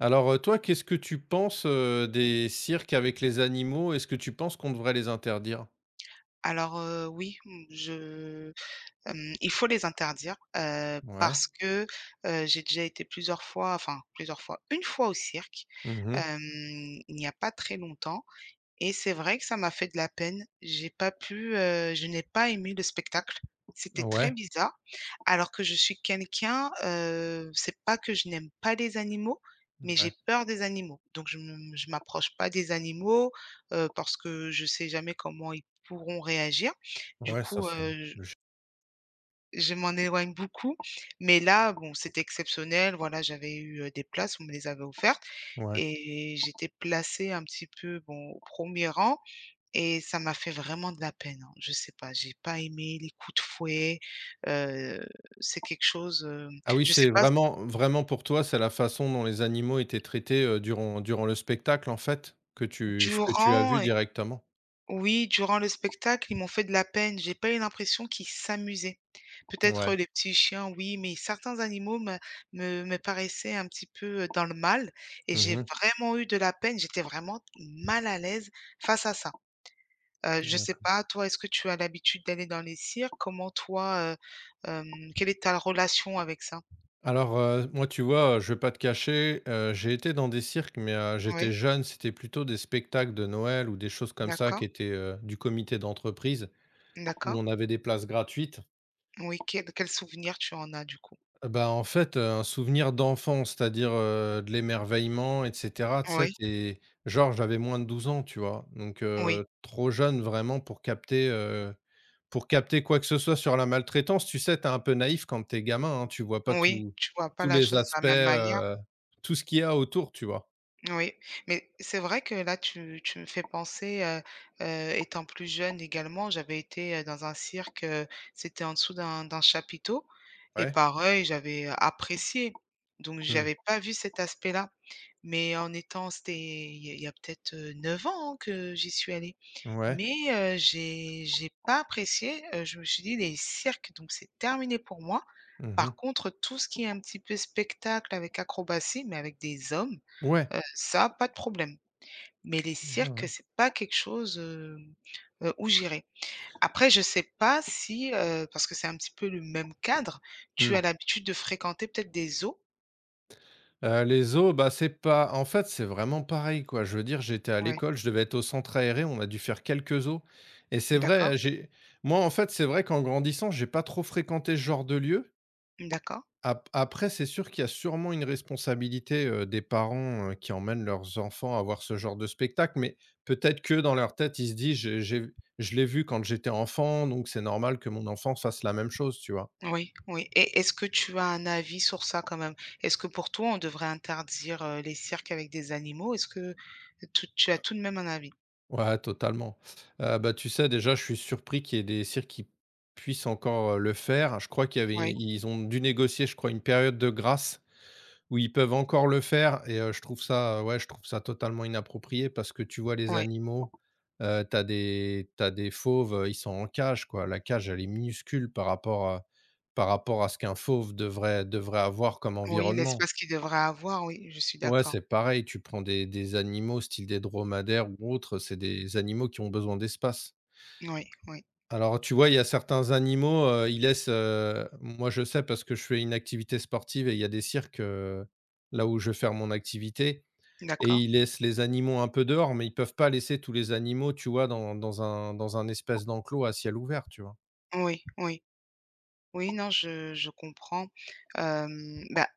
Alors, toi, qu'est-ce que tu penses, des cirques avec les animaux? Est-ce que tu penses qu'on devrait les interdire? Oui, il faut les interdire, Ouais. parce que, j'ai déjà été plusieurs fois, enfin plusieurs fois, une fois au cirque, Mmh. Il n'y a pas très longtemps et c'est vrai que ça m'a fait de la peine. J'ai pas pu, je n'ai pas aimé le spectacle. C'était très Ouais. bizarre, alors que je suis quelqu'un, c'est pas que je n'aime pas les animaux, mais j'ai Ouais. peur des animaux. Donc je m'approche pas des animaux, parce que je sais jamais comment ils pourront réagir. Du Ouais, ça, coup, c'est heu, je logique. je m'en éloigne beaucoup. Mais là, bon, c'était exceptionnel, voilà, j'avais eu, des places, on me les avait offertes Ouais. et j'étais placée un petit peu, bon, au 1er rang et ça m'a fait vraiment de la peine, hein. Je sais pas, j'ai pas aimé les coups de fouet, heu, c'est quelque chose, Ah oui, je sais c'est pas, vraiment vraiment pour toi, c'est la façon dont les animaux étaient traités, durant le spectacle, en fait, que tu ce que tu as durant vu et directement? oui, durant le spectacle, ils m'ont fait de la peine. J'ai pas eu l'impression qu'ils s'amusaient. Ouais. Peut-être, les petits chiens, oui, mais certains animaux me paraissaient un petit peu, dans le mal et j'ai Mmh. vraiment eu de la peine. J'étais vraiment mal à l'aise face à ça. Je sais D'accord. pas, toi, est-ce que tu as l'habitude d'aller dans les cirques? Comment toi, hem, quelle est ta relation avec ça? Alors, moi, tu vois, je vais pas te cacher, j'ai été dans des cirques, mais, j'étais Oui, jeune, c'était plutôt des spectacles de Noël ou des choses comme ça qui d'accord, étaient, du comité d'entreprise. Où d'accord. on avait des places gratuites, Oui, quel souvenir tu en as, du coup? bah, en fait, un souvenir d'enfant, c'est-à-dire, de l'émerveillement et cetera. Tu sais, Oui, tu genre, j'avais moins de 12 ans, tu vois? Donc oui, trop jeune vraiment pour capter quoi que ce soit sur la maltraitance. Tu sais, t'es un peu naïf quand t'es gamin, hein, tu vois pas oui, tous tu vois pas tous la les chose de la aspects, même manière. Tout ce qu'il y a autour, tu vois? Oui, mais c'est vrai que là, tu me fais penser, étant plus jeune également, j'avais été, dans un cirque, c'était en dessous d'un chapiteau et Ouais. pareil, j'avais apprécié. Donc Mmh. j'avais pas vu cet aspect-là. Mais en étant c'était il y a peut-être, 9 ans, hein, que j'y suis allée. Ouais. Mais j'ai pas apprécié, je me suis dit: «Les cirques, donc c'est terminé pour moi». Mmh. Par contre, tout ce qui est un petit peu spectacle avec acrobatie, mais avec des hommes. Ouais. Ça, pas de problème. Mais les Ouais, ouais. cirques, c'est pas quelque chose, où j'irai. Après, je sais pas si, parce que c'est un petit peu le même cadre, tu as Mmh. l'habitude de fréquenter peut-être des zoos? Les eaux, bah, c'est pas en fait, c'est vraiment pareil, quoi. Je veux dire, j'étais à Ouais. l'école, je devais être au centre aéré, on a dû faire quelques eaux et c'est D'accord, vrai, j'ai moi, en fait, c'est vrai qu'en grandissant, j'ai pas trop fréquenté ce genre de lieu. d'accord. Ap après, c'est sûr qu'il y a sûrement une responsabilité, des parents, qui emmènent leurs enfants à voir ce genre de spectacle, mais peut-être que dans leur tête, ils se disent: j'ai je l'ai vu quand j'étais enfant, donc c'est normal que mon enfant fasse la même chose», tu vois? Oui, oui, et est-ce que tu as un avis sur ça quand même? Est-ce que pour toi, on devrait interdire, les cirques avec des animaux? Est-ce que tu as tout de même un avis? Ouais, totalement. Bah, tu sais, déjà, je suis surpris qu'il y ait des cirques qui puissent encore, le faire. Je crois qu'il y avait Oui, ils ont dû négocier, je crois, une période de grâce où ils peuvent encore le faire et je trouve ça, ouais, je trouve ça totalement inapproprié parce que tu vois les oui, animaux, tu des t'as des fauves, ils sont en cage, quoi. La cage, elle est minuscule par rapport à ce qu'un fauve devrait avoir comme oui, environnement. l'espace qu'ils devraient avoir, oui, je suis Ouais, d'accord. c'est pareil, tu prends des animaux style des dromadaires ou autres, c'est des animaux qui ont besoin d'espace. Oui, oui, Alors, tu vois, il y a certains animaux, moi, je sais parce que je fais une activité sportive et il y a des cirques, là où je vais faire mon activité et d'accord. ils laissent les animaux un peu dehors, mais ils peuvent pas laisser tous les animaux, tu vois, dans un espèce d'enclos à ciel ouvert, tu vois? Oui, oui. Oui, non, je comprends. Bah,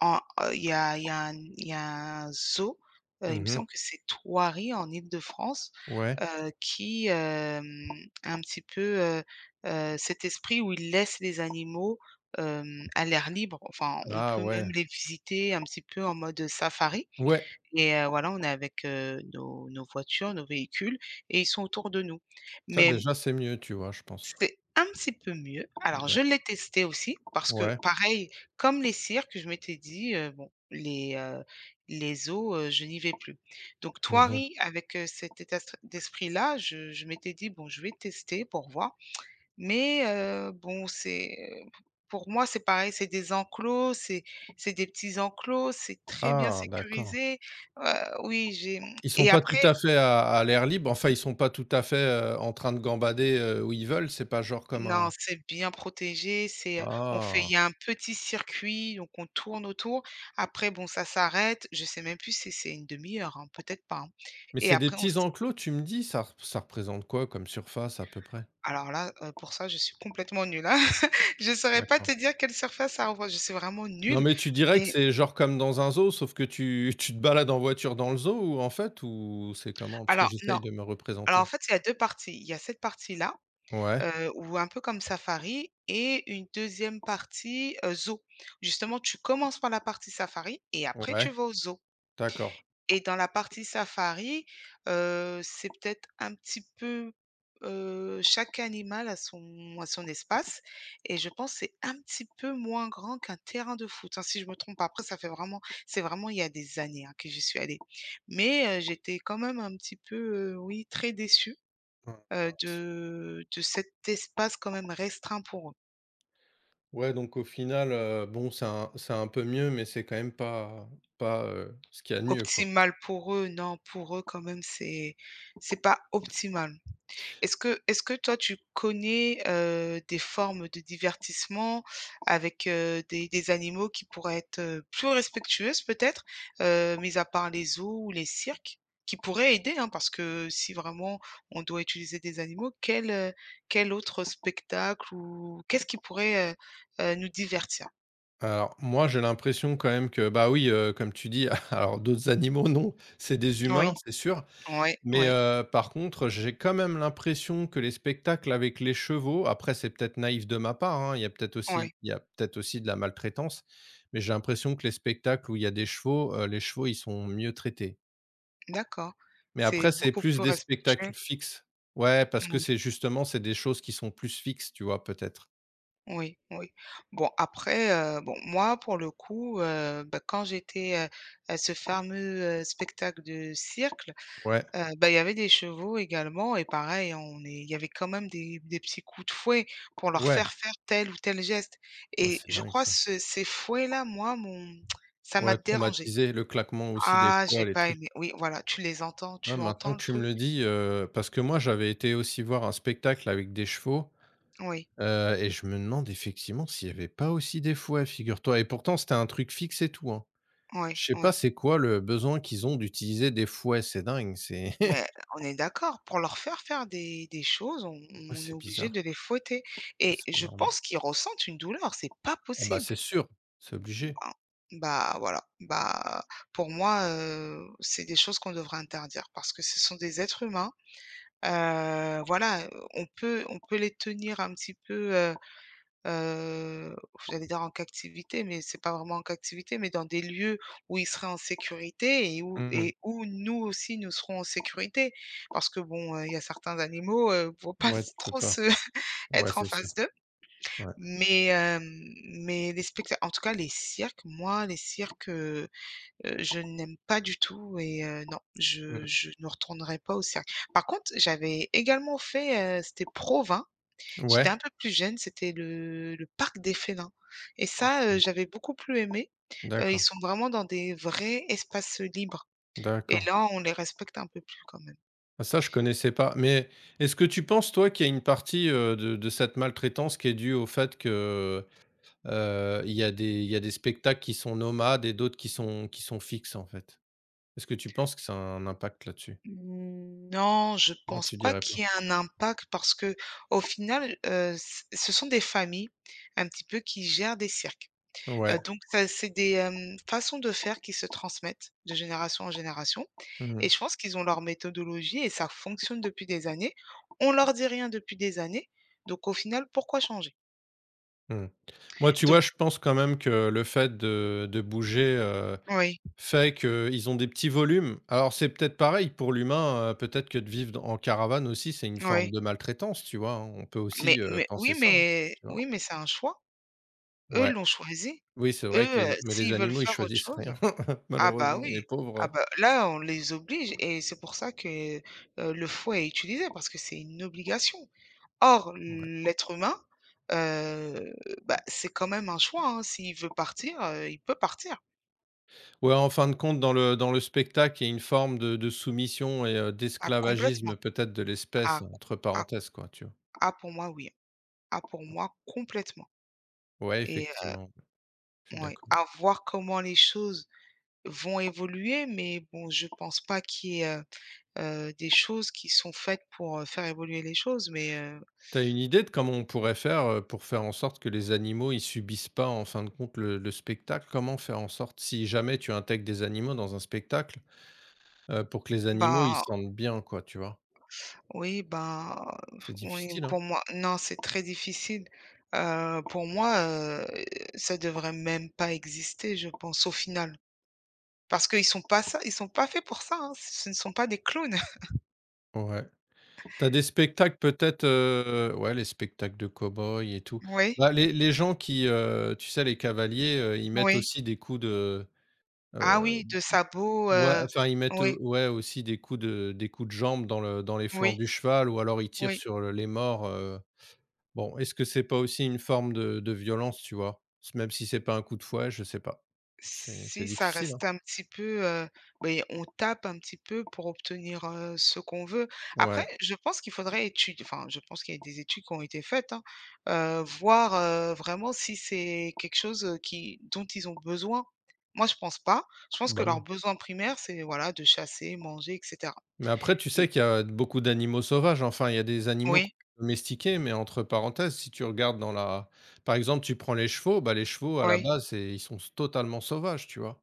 en il y a un zoo, il me Mhm. semble que c'est Thoiry en Île-de-France, Ouais. qui a un petit peu, cet esprit où il laisse les animaux, à l'air libre. Enfin, on Ah peut même ouais. les visiter un petit peu en mode safari Ouais, et voilà, on est avec, nos voitures, nos véhicules et ils sont autour de nous. ça Mais déjà, c'est mieux, tu vois, je pense. c'est un petit peu mieux. Alors Ouais. je l'ai testé aussi parce que Ouais. pareil, comme les cirques, je m'étais dit, bon, les eaux je n'y vais plus. Donc Mmh. Thoiry avec, cet état s d'esprit-là, je m'étais dit: «Bon, je vais tester pour voir». Mais, bon, c'est, pour moi, c'est pareil, c'est des enclos, c'est des petits enclos, c'est très bien Ah, d'accord. sécurisé. Heu, oui, j'ai Ils sont et pas tout après à fait à l'air libre, enfin, ils sont pas tout à fait, en train de gambader, où ils veulent, c'est pas genre comme Non, un. c'est bien protégé, c'est, on fait il Ah! y a un petit circuit, donc on tourne autour. Après bon, ça s'arrête, je sais même plus si c'est une demi heure, hein, peut-être pas, hein, Mais et c'est des après on se petits enclos, tu me dis? Ça représente quoi comme surface à peu près? alors là, pour ça, je suis complètement nulle, hein. Je saurais pas te D'accord. dire quelle surface ça renvoie, je suis vraiment Non, nulle, mais tu dirais que mais c'est genre comme dans un zoo, sauf que tu tu te balades en voiture dans le zoo ou en fait ou c'est comment? Parce que alors j'essaye non, de me alors en représenter. fait, il y a 2 parties. Il y a cette partie-là, Ouais, où un peu comme safari et une deuxième partie, zoo. Justement, tu commences par la partie safari et après ouais, tu vas au zoo. d'accord. Et dans la partie safari, c'est peut-être un petit peu, chaque animal a son espace et je pense que c'est un petit peu moins grand qu'un terrain de foot, hein, si je me trompe pas. Après ça fait vraiment c'est vraiment il y a des années, hein, que j'y suis allée. Mais, j'étais quand même un petit peu, oui, très déçue, Ah, mince. De cet espace quand même restreint pour eux. Ouais, donc au final, bon, c'est un peu mieux, mais c'est quand même pas, ce qu'il y a de mieux, quoi. Optimal pour eux, non, pour eux quand même c'est pas optimal. Est-ce que toi tu connais, des formes de divertissement avec, des animaux qui pourraient être, plus respectueuses peut-être, mis à part les zoos ou les cirques, qui pourraient aider, hein? Parce que si vraiment on doit utiliser des animaux, quel autre spectacle ou qu'est-ce qui pourrait, nous divertir? Alors moi, j'ai l'impression quand même que, bah, oui, comme tu dis, alors d'autres animaux non, c'est des Oui, humains, c'est sûr. oui, Mais oui, par contre, j'ai quand même l'impression que les spectacles avec les chevaux après c'est peut-être naïf de ma part, hein, oui. Il y a peut-être aussi de la maltraitance, mais j'ai l'impression que les spectacles où il y a des chevaux, les chevaux, ils sont mieux traités. D'accord. Mais C'est après c'est beaucoup plus plus des respectueux. spectacles fixes. Ouais, parce que Mmh. c'est justement, c'est des choses qui sont plus fixes, tu vois, peut-être? Oui, oui. Bon, après, bon, moi, pour le coup, bah, quand j'étais, à ce fameux, spectacle de cirque, Ouais, bah, il y avait des chevaux également et pareil, on est il y avait quand même des petits coups de fouet pour leur ouais, faire faire tel ou tel geste ouais, et c'est je dingue crois ça. ce ces fouets-là, moi, mon, ça m'a Ouais, dérangé. traumatisé, le claquement aussi des Ah, fois, j'ai les pas trucs. aimé. Oui, voilà, tu les entends, Ouais, tu maintenant entends le que tu me truc. le dis, parce que moi j'avais été aussi voir un spectacle avec des chevaux. Oui, Et je me demande effectivement s'il n'y avait pas aussi des fouets, figure-toi, et pourtant c'était un truc fixe et tout, hein. Je oui, sais pas oui. c'est quoi le besoin qu'ils ont d'utiliser des fouets, c'est dingue, c'est Beh, on est d'accord, pour leur faire faire des choses, on ouais, on est c'est obligé de bizarre, les fouetter et c'est pas je normal. pense qu'ils ressentent une douleur, c'est pas Ah bah, possible. c'est sûr, c'est obligé. Ben, bah, voilà, bah, pour moi, c'est des choses qu'on devrait interdire parce que ce sont des êtres humains, voilà, on peut les tenir un petit peu, heu, j'allais dire en captivité, mais c'est pas vraiment en captivité, mais dans des lieux où ils seraient en sécurité et où Mmh. et où nous aussi nous serons en sécurité. Parce que bon, il y a certains animaux, faut pas Ouais, tu peux trop pas. se Ouais, être en c'est sûr, face d'eux. ouais. Mais, mais les spectacles en tout cas les cirques, moi les cirques, je n'aime pas du tout et non, je Mmh. je ne retournerai pas au cirque. Par contre, j'avais également fait, c'était Provins. J'étais un Ouais, peu plus jeune, c'était le Parc des Félins et je ça, connais. j'avais beaucoup plus aimé. Ils D'accord, sont vraiment dans des vrais espaces, libres et d'accord. là, on les respecte un peu plus quand même. Ah ça, je connaissais pas, mais est-ce que tu penses toi qu'il y a une partie, de cette maltraitance qui est due au fait que il y a des spectacles qui sont nomades et d'autres qui sont fixes, en fait. Est-ce que tu penses que ça a un impact là-dessus? Mmh, non, je Non, pense tu pas dirais qu'il pas? y ait un impact parce que au final, c ce sont des familles un petit peu qui gèrent des cirques. Ouais. Donc ça c'est des, façons de faire qui se transmettent de génération en génération Mmh et mh. je pense qu'ils ont leur méthodologie et ça fonctionne depuis des années. On leur dit rien depuis des années, donc au final, pourquoi changer? Mmh. Moi, tu Donc vois, je pense quand même que le fait de bouger, oui, fait qu'ils ont des petits volumes. Alors, c'est peut-être pareil pour l'humain, peut-être que de vivre d en caravane aussi, c'est une forme oui, de maltraitance, tu vois? Hein, on peut mais aussi, mais penser oui, ça, hein, mais tu vois? oui, mais c'est un choix. Eux Ouais. l'ont choisi. Oui, c'est Eux, vrai que les mais les s'ils veulent animaux, ils faire autre choisissent chose rien, ah bah malheureusement, oui, les pauvres, ah bah là, on les oblige et c'est pour ça que, le fouet est utilisé parce que c'est une obligation. Or, ouais. l'être humain, heu, bah, c'est quand même un choix, hein. S'il veut partir, il peut partir. Ouais, en fin de compte, dans le spectacle, il y a une forme de soumission et Ah, complètement. d'esclavagisme peut-être de Ah l'espèce, co entre ah parenthèses, quoi, tu vois? ah, pour moi, oui. Ah, pour moi, complètement Ouais, et effectivement, je suis ouais, d'accord. à voir comment les choses vont évoluer, mais bon, je pense pas qu'il y ait, des choses qui sont faites pour, faire évoluer les choses, mais T'as une idée de comment on pourrait faire, pour faire en sorte que les animaux, ils subissent pas, en fin de compte, le spectacle? Comment faire en sorte, si jamais tu intègres des animaux dans un spectacle, pour que les animaux, ils ben se sentent bien, quoi, tu vois? Oui, ben, C'est oui, difficile, hein? pour moi, non, c'est très difficile. Pour moi, ça devrait même pas exister, je pense, au final. Parce qu'ils sont pas ça, ils sont pas faits pour ça, hein. Ce ne sont pas des clowns. Ouais. T'as des spectacles peut-être, ouais, les spectacles de cow-boys et tout. Oui, Bah, les gens qui, tu sais, les cavaliers, ils mettent oui. aussi des coups de, Ah heu, oui, de sabots, ouais, enfin, ils mettent, oui, ouais, aussi des coups de jambe dans les flancs oui, du cheval ou alors ils tirent oui. sur le les morts. Bon, est-ce que c'est pas aussi une forme de violence, tu vois? Même si c'est pas un coup de fouet, je sais pas. C'est Si ça difficile, hein? reste un petit peu, beh, on tape un petit peu pour obtenir, ce qu'on veut. Ouais, Après, je pense qu'il faudrait étudier. Enfin, je pense qu'il y a des études qui ont été faites, hein, voir, vraiment si c'est quelque chose, qui dont ils ont besoin. Moi, je pense pas. Je pense que bah, leur non. besoin primaire, c'est voilà, de chasser, manger et cetera. Mais après, tu Mmh. sais qu'il y a beaucoup d'animaux sauvages. Enfin, il y a des animaux qu'on Oui, peut domestiquer, mais entre parenthèses, si tu regardes dans la par exemple, tu prends les chevaux, bah, les chevaux à la oui. base, c'est ils sont totalement sauvages, tu vois?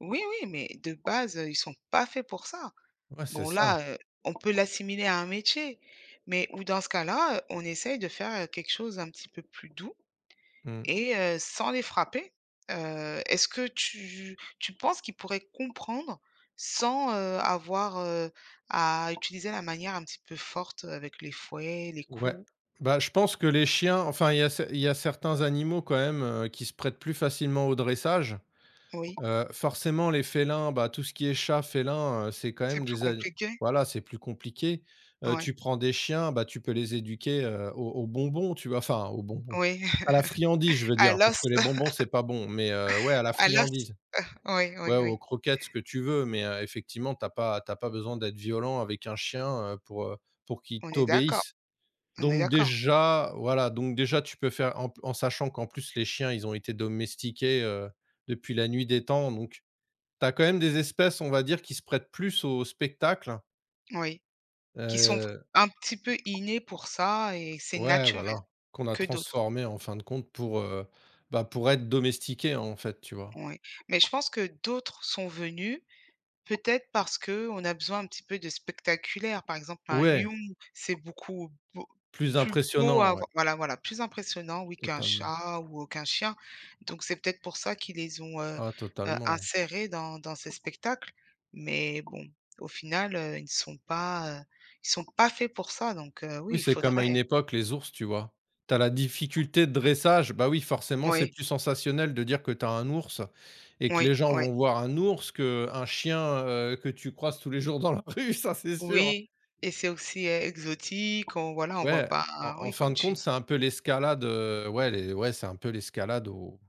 Oui, oui, mais de base, ils sont pas faits pour ça. Ouais, c'est Bon ça. là, on peut l'assimiler à un métier, mais ou dans ce cas-là, on essaye de faire, quelque chose un petit peu plus doux Mmh. et sans les frapper. Est-ce que tu penses qu'ils pourraient comprendre sans, avoir, à utiliser la manière un petit peu forte avec les fouets, les Ouais. coups? Bah, je pense que les chiens, enfin, il y a certains animaux quand même, qui se prêtent plus facilement au dressage. Oui, Forcément les félins, bah, tout ce qui est chat, félin, c'est quand c'est même plus des ani compliqué? voilà, c'est plus compliqué. Heu, Oui, tu prends des chiens, bah, tu peux les éduquer, aux bonbons, tu vois? Enfin, aux bonbons, oui, à la friandise, je veux à dire, parce l'os, que les bonbons, c'est pas bon, mais ouais, à la à l'os. friandise. Oui, oui, Ouais, aux oui, croquettes, ce que tu veux, mais effectivement, t'as pas besoin d'être violent avec un chien, pour qu'il on est d'accord, t'obéisse. on est Donc d'accord, déjà, voilà, donc déjà, tu peux faire en sachant qu'en plus les chiens, ils ont été domestiqués, depuis la nuit des temps, donc tu as quand même des espèces, on va dire, qui se prêtent plus au spectacle, oui. Qui sont heu un petit peu innés pour ça et c'est ouais, naturel voilà, qu'on a que d'autres. transformées en fin de compte pour être domestiquées, en fait, tu vois? Ouais. Mais je pense que d'autres sont venus, peut-être parce que on a besoin un petit peu de spectaculaire. Par exemple, un Ouais, lion, c'est beaucoup beau plus plus beau impressionnant, à ouais, voir voilà, voilà, plus impressionnant, oui, qu'un totalement. chat ou qu'un chien. Donc c'est peut-être pour ça qu'ils les ont, Ah, totalement. insérés dans ces spectacles. Mais bon, au final, ils ne sont pas, ils sont pas faits pour ça donc oui, Oui, il c'est comme à faudrait une hein. époque les ours, tu vois? Tu as la difficulté de dressage, bah, oui, forcément, c'est Oui, plus sensationnel de dire que tu as un ours et que oui, les gens oui. vont voir un ours qu'un chien, que tu croises tous les jours dans la rue, ça, c'est sûr. Oui et c'est aussi, exotique, on voilà, on voit Ouais, pas en hein, en oui, fin comme de tu compte, dis, c'est un peu l'escalade, ouais, les ouais, c'est un peu l'escalade au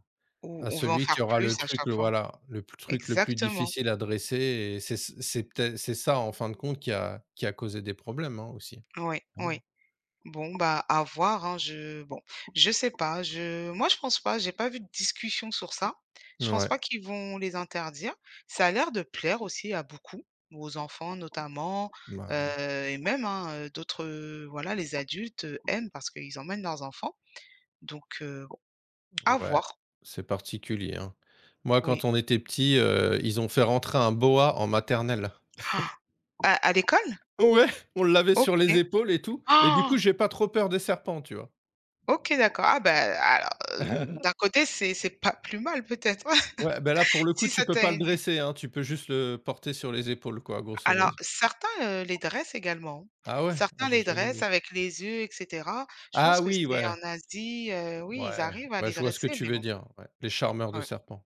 ou à on veut en celui qui faire aura le plus à truc, le chaque fois. voilà, le p truc le plus Exactement, difficile à dresser et c'est peut-être c'est ça, en fin de compte, qui a causé des problèmes, hein, aussi. oui, oui. Clairement. Bon, bah, à voir, hein, je bon, je sais pas, je moi, je pense pas, j'ai pas vu de discussion sur ça. Je pense Ouais, pas qu'ils vont les interdire. Ça a l'air de plaire aussi à beaucoup, aux enfants notamment, bah, et même, hein, d'autres, voilà, les adultes, aiment parce qu'ils emmènent leurs enfants donc bon, à ouais, voir, c'est particulier, hein. Moi, quand oui. on était petit, ils ont fait rentrer un boa en maternelle. Ah, à l'école? Ouais, on l'avait sur les OK. épaules et tout et du coup, Ah! j'ai pas trop peur des serpents, tu vois? OK, d'accord. Ah ben alors, d'un côté, c'est pas plus mal peut-être, Ouais, ben là, pour le coup, si tu ça peux t'a pas le aidé. dresser, hein, tu peux juste le porter sur les épaules, quoi, grosso Alors modo. certains, les dressent également. Ah ouais? Ah, Certains j'ai les jamais vu dressent ça. avec les yeux et cetera. Je Ah pense que oui, c'est ouais, en Asie, oui, ils ouais, arrivent à ouais, les je vois ce que dresser, tu mais veux bon, dire, ouais, les charmeurs de ouais. serpents.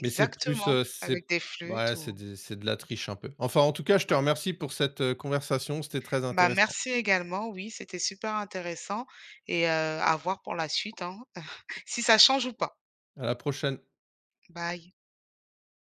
Mais c'est plus, avec c'est des flûtes ouais, ou c'est de la triche un peu. Enfin, en tout cas, je te ouais. remercie pour cette, conversation, c'était très Bah, intéressant. merci également, oui, c'était super intéressant et à voir pour la suite, hein, si ça change ou pas. À la prochaine. Bye.